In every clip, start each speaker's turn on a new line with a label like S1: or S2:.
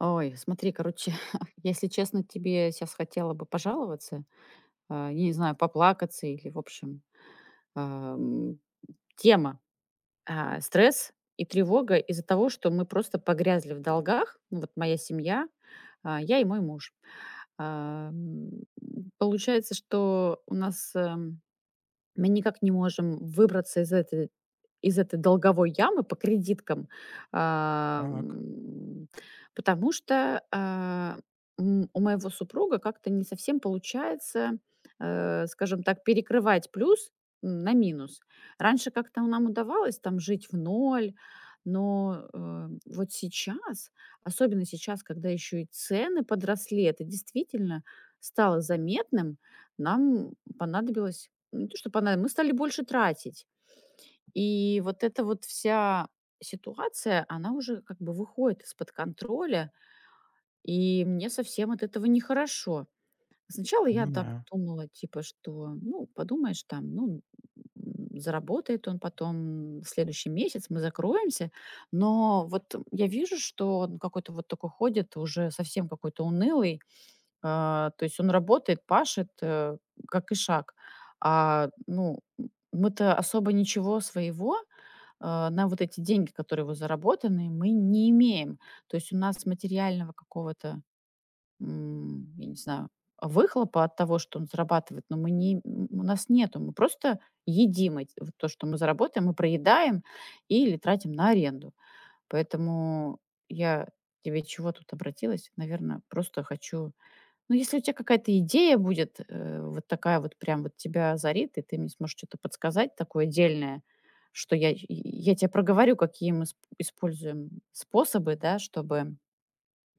S1: Ой, смотри, короче, если честно, тебе сейчас хотела бы пожаловаться, я не знаю, поплакаться или, в общем, ам, тема стресс и тревога из-за того, что мы просто погрязли в долгах. Ну, вот моя семья, я и мой муж. Ам, Получается, что у нас эм, мы никак не можем выбраться из этой долговой ямы по кредиткам,
S2: Так,
S1: ам, потому что, у моего супруга как-то не совсем получается, скажем так, перекрывать плюс, на минус. Раньше как-то нам удавалось там жить в ноль, но, вот сейчас, особенно сейчас, когда еще и цены подросли, это действительно стало заметным. Нам понадобилось не то чтобы она, мы стали больше тратить. И вот эта вот вся ситуация, она уже как бы выходит из-под контроля, и мне совсем от этого нехорошо. Сначала я так
S2: понимаю.
S1: думала, типа, что, ну, подумаешь, там, ну, заработает он потом в следующий месяц, мы закроемся. Но вот я вижу, что он какой-то вот такой ходит, уже совсем какой-то унылый, то есть он работает, пашет, как и шаг. А, ну, мы-то особо ничего своего, на вот эти деньги, которые его заработаны, мы не имеем. То есть у нас материального какого-то, я не знаю, выхлопа от того, что он зарабатывает, но мы не, у нас нету. Мы просто едим эти, вот то, что мы заработаем, мы проедаем или тратим на аренду. Поэтому я тебе чего тут обратилась? Наверное, просто хочу, ну, если у тебя какая-то идея будет, вот такая вот прям вот тебя озарит, и ты мне сможешь что то подсказать такое дельное, что я тебе проговорю, какие мы сп используем способы, да, чтобы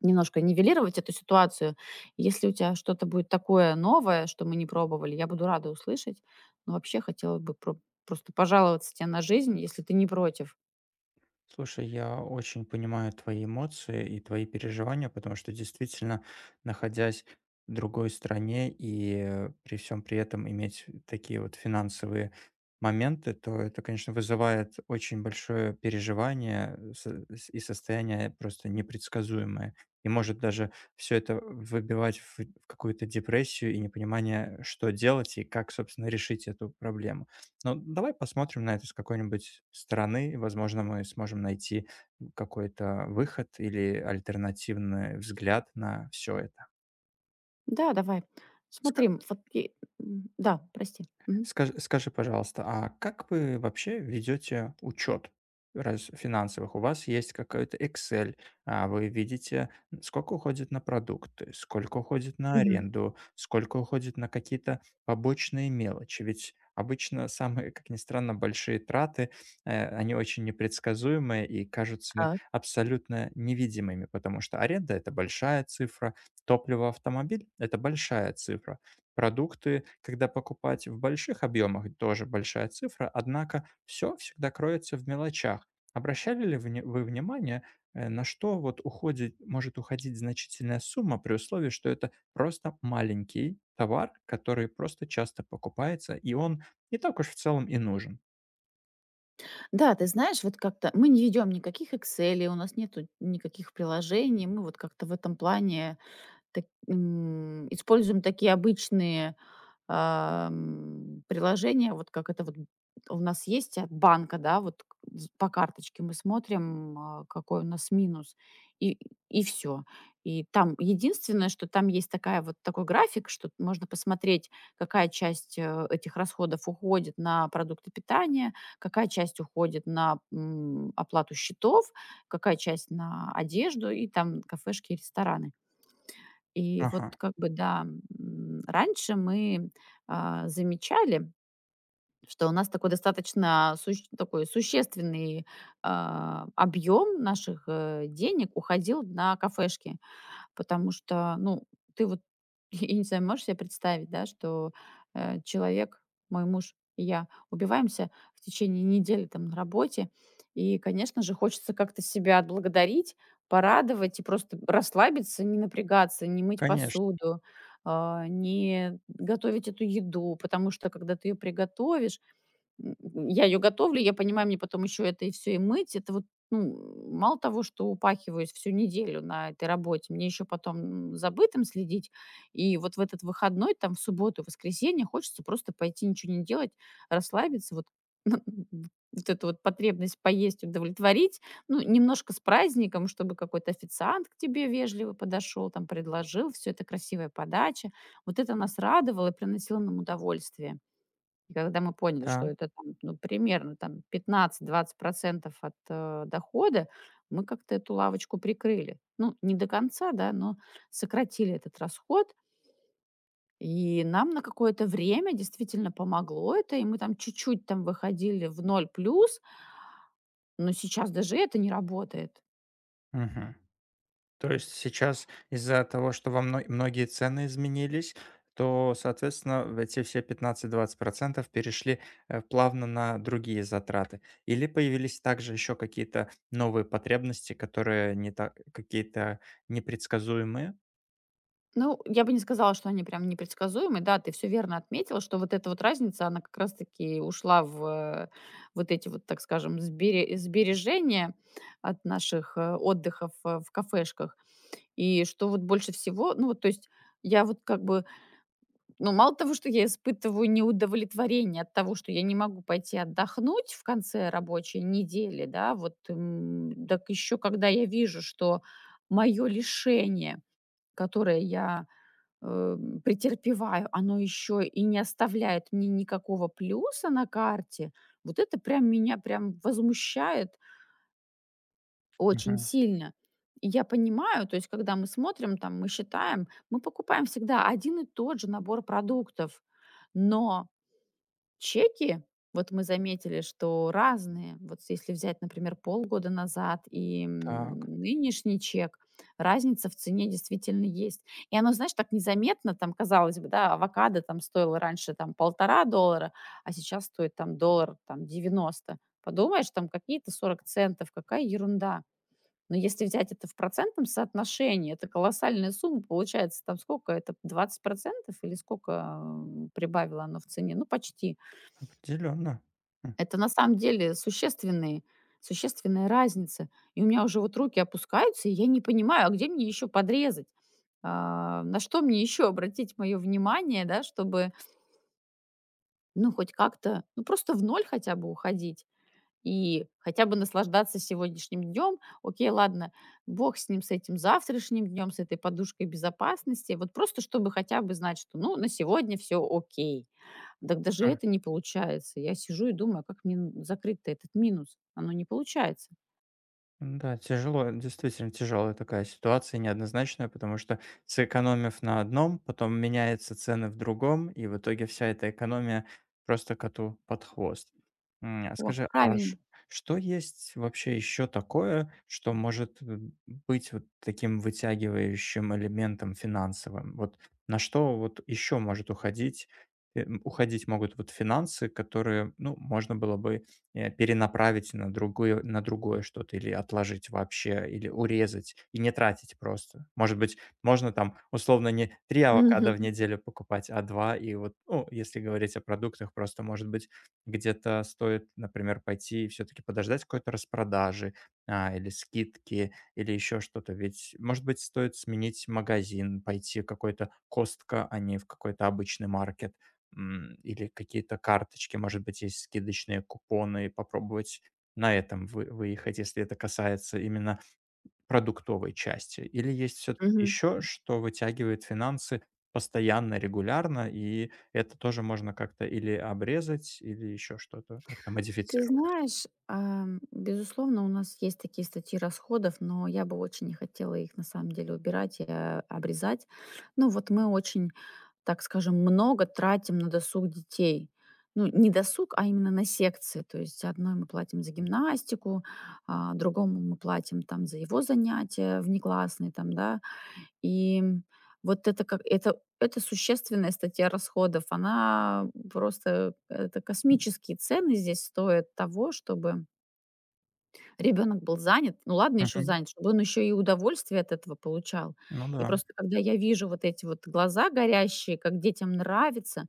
S1: немножко нивелировать эту ситуацию. Если у тебя что-то будет такое новое, что мы не пробовали, я буду рада услышать. Но вообще хотела бы просто пожаловаться тебе на жизнь, если ты не против.
S2: Слушай, я очень понимаю твои эмоции и твои переживания, потому что действительно, находясь в другой стране и при всем при этом иметь такие вот финансовые моменты, то это, конечно, вызывает очень большое переживание и состояние просто непредсказуемое. И может даже все это выбивать в какую-то депрессию и непонимание, что делать и как, собственно, решить эту проблему. Ну, давай посмотрим на это с какой-нибудь стороны. Возможно, мы сможем найти какой-то выход или альтернативный взгляд на все это.
S1: Да, давай. Смотри, вот и да, прости. Мгм.
S2: Скажи, пожалуйста, а как вы вообще ведете учет раз финансовых? У вас есть какой-то Excel, вы видите, сколько уходит на продукты, сколько уходит на
S1: Мгм.
S2: аренду, сколько уходит на какие-то побочные мелочи. Ведь обычно самые, как ни странно, большие траты, они очень непредсказуемые и кажутся
S1: А
S2: абсолютно невидимыми, потому что аренда — это большая цифра, топливо, автомобиль — это большая цифра. Продукты, когда покупать в больших объемах, тоже большая цифра, однако все всегда кроется в мелочах. Обращали ли вы внимание, на что вот уходит, может уходить значительная сумма при условии, что это просто маленький товар, который просто часто покупается, и он не так уж в целом и нужен?
S1: Да, ты знаешь, вот как-то мы не ведем никаких «Экселей», у нас нету никаких приложений. Мы вот как-то в этом плане так используем такие обычные приложения, вот как это вот у нас есть от банка, да, вот по карточке мы смотрим, какой у нас минус, и, и все. И там единственное, что там есть такая вот такой график, что можно посмотреть, какая часть этих расходов уходит на продукты питания, какая часть уходит на оплату счетов, какая часть на одежду и там кафешки и рестораны. И
S2: Ага,
S1: вот как бы, да, раньше мы, замечали, что у нас такой достаточно суще такой существенный, объем наших, денег уходил на кафешки. Потому что, ну, ты вот, я не знаю, можешь себе представить, да, что человек, мой муж и я убиваемся в течение недели там на работе, и, конечно же, хочется как-то себя отблагодарить, порадовать и просто расслабиться, не напрягаться, не мыть
S2: конечно.
S1: посуду, не готовить эту еду, потому что когда ты ее приготовишь… я ее готовлю, я понимаю, мне потом еще это и все и мыть. Это вот, ну, мало того, что упахиваюсь всю неделю на этой работе, мне еще потом за бытом следить. И вот в этот выходной, там, в субботу, воскресенье хочется просто пойти ничего не делать, расслабиться, вот вот эту вот потребность поесть удовлетворить. Ну, немножко с праздником, чтобы какой-то официант к тебе вежливо подошел, там, предложил. Все это красивая подача. Вот это нас радовало и приносило нам удовольствие. И когда мы поняли, что
S2: Да.
S1: это там, ну, примерно там 15-20 от, дохода, мы как-то эту лавочку прикрыли. Ну, не до конца, да, но сократили этот расход. И нам на какое-то время действительно помогло это, и мы там чуть-чуть там выходили в ноль плюс, но сейчас даже это не работает.
S2: Мгм. То есть сейчас из-за того, что во многие цены изменились, то, соответственно, в эти все 15-20% перешли, плавно на другие затраты. Или появились также еще какие-то новые потребности, которые не так какие-то непредсказуемые?
S1: Ну, я бы не сказала, что они прям непредсказуемы. Да, ты все верно отметила, что вот эта вот разница, она как раз таки ушла в, э, вот эти вот, так скажем, сбережения от наших, отдыхов, в кафешках. И что вот больше всего, ну, вот то есть я вот как бы, ну, мало того, что я испытываю неудовлетворение от того, что я не могу пойти отдохнуть в конце рабочей недели, да, вот, так еще когда я вижу, что мое лишение, которое я э, претерпеваю, оно еще и не оставляет мне никакого плюса на карте, вот это прям меня прям возмущает очень
S2: Мгм.
S1: сильно. И я понимаю, то есть когда мы смотрим, там, мы считаем, мы покупаем всегда один и тот же набор продуктов, но чеки, вот мы заметили, что разные. Вот если взять, например, полгода назад и
S2: Так,
S1: нынешний чек, разница в цене действительно есть. И оно, знаешь, так незаметно, там, казалось бы, да, авокадо там стоило раньше там 1,5 доллара, а сейчас стоит там доллар там 90. Подумаешь, там какие-то 40 центов, какая ерунда. Но если взять это в процентном соотношении, это колоссальная сумма, получается, там сколько это, 20% или сколько прибавило оно в цене? Ну, почти.
S2: определенно. Хм.
S1: Это на самом деле существенные разницы. И у меня уже вот руки опускаются, и я не понимаю, а где мне еще подрезать? А, на что мне еще обратить мое внимание, да, чтобы, ну, хоть как-то, ну, просто в ноль хотя бы уходить и хотя бы наслаждаться сегодняшним днем. Окей, ладно, бог с ним, с этим завтрашним днем, с этой подушкой безопасности. Вот просто чтобы хотя бы знать, что, ну, на сегодня все окей. Дак даже это не получается. Я сижу и думаю, а как мне н закрыть-то этот минус? Оно не получается.
S2: Да, тяжело, действительно тяжелая такая ситуация, неоднозначная, потому что, сэкономив на одном, потом меняются цены в другом, и в итоге вся эта экономия просто коту под хвост.
S1: Во,
S2: Скажи,
S1: правильно.
S2: что есть вообще еще такое, что может быть вот таким вытягивающим элементом финансовым? Вот на что вот еще может уходить, уходить могут вот финансы, которые, ну, можно было бы перенаправить на другое что-то или отложить вообще, или урезать и не тратить просто. Может быть, можно там условно не 3 авокадо
S1: Мгм,
S2: в неделю покупать, а два. И вот, ну, если говорить о продуктах, просто, может быть, где-то стоит, например, пойти и все-таки подождать какой-то распродажи, или скидки, или еще что-то. Ведь, может быть, стоит сменить магазин, пойти в какой-то костка, а не в какой-то обычный маркет. Или какие-то карточки, может быть, есть скидочные купоны, попробовать на этом вы выехать, если это касается именно продуктовой части. Или есть все таки
S1: мгм.
S2: еще, что вытягивает финансы постоянно, регулярно, и это тоже можно как-то или обрезать, или еще что-то как-то
S1: Ты
S2: модифицировать?
S1: знаешь, безусловно, у нас есть такие статьи расходов, но я бы очень не хотела их на самом деле убирать и, обрезать. Ну, вот мы очень, так скажем, много тратим на досуг детей. Ну, не досуг, а именно на секции. То есть одной мы платим за гимнастику, а другому мы платим там за его занятия внеклассные там, да. И вот это, как это существенная статья расходов. Она просто это космические цены здесь стоят того, чтобы ребенок был занят. Ну ладно, еще
S2: Мгм.
S1: занят, чтобы он еще и удовольствие от этого получал.
S2: Ну
S1: И
S2: да.
S1: просто когда я вижу вот эти вот глаза горящие, как детям нравится,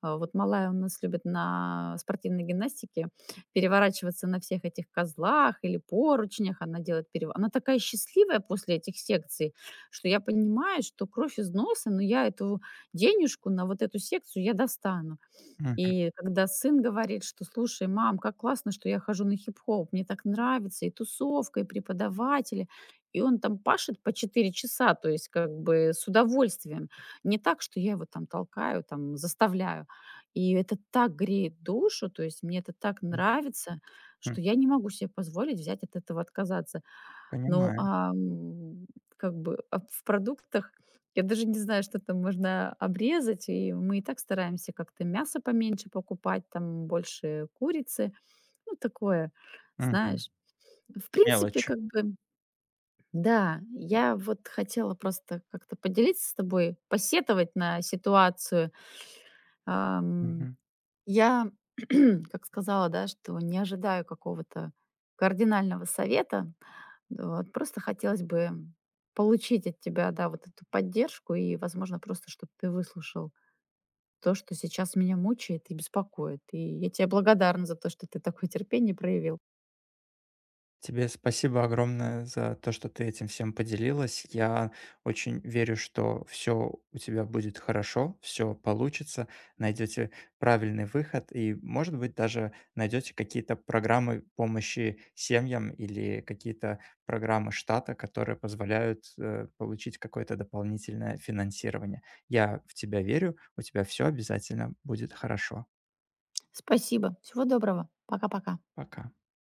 S1: вот малая у нас любит на спортивной гимнастике переворачиваться на всех этих козлах или поручнях. Она делает перева она такая счастливая после этих секций, что я понимаю, что кровь из носа, но я эту денежку на вот эту секцию я достану.
S2: Мгм.
S1: И когда сын говорит, что: «Слушай, мам, как классно, что я хожу на хип-хоп, мне так нравится, и тусовка, и преподаватели». И он там пашет по 4 часа, то есть как бы с удовольствием. Не так, что я его там толкаю, там заставляю. И это так греет душу, то есть мне это так нравится,
S2: М.
S1: что я не могу себе позволить взять от этого отказаться. Ну,
S2: Понимаю.
S1: как бы, в продуктах я даже не знаю, что там можно обрезать, и мы и так стараемся как-то мясо поменьше покупать, там больше курицы, ну, такое,
S2: Мгм.
S1: знаешь. В принципе,
S2: Мелочи.
S1: как бы, да, я вот хотела просто как-то поделиться с тобой, посетовать на ситуацию,
S2: Мгм.
S1: я, как сказала, да, что не ожидаю какого-то кардинального совета. Вот. Просто хотелось бы получить от тебя, да, вот эту поддержку и, возможно, просто, чтобы ты выслушал то, что сейчас меня мучает и беспокоит. И я тебе благодарна за то, что ты такое терпение проявил.
S2: Тебе спасибо огромное за то, что ты этим всем поделилась. Я очень верю, что все у тебя будет хорошо, все получится, найдете правильный выход и, может быть, даже найдете какие-то программы помощи семьям или какие-то программы штата, которые позволяют получить какое-то дополнительное финансирование. Я в тебя верю, у тебя все обязательно будет хорошо.
S1: Спасибо. Всего доброго. Пока-пока.
S2: Пока.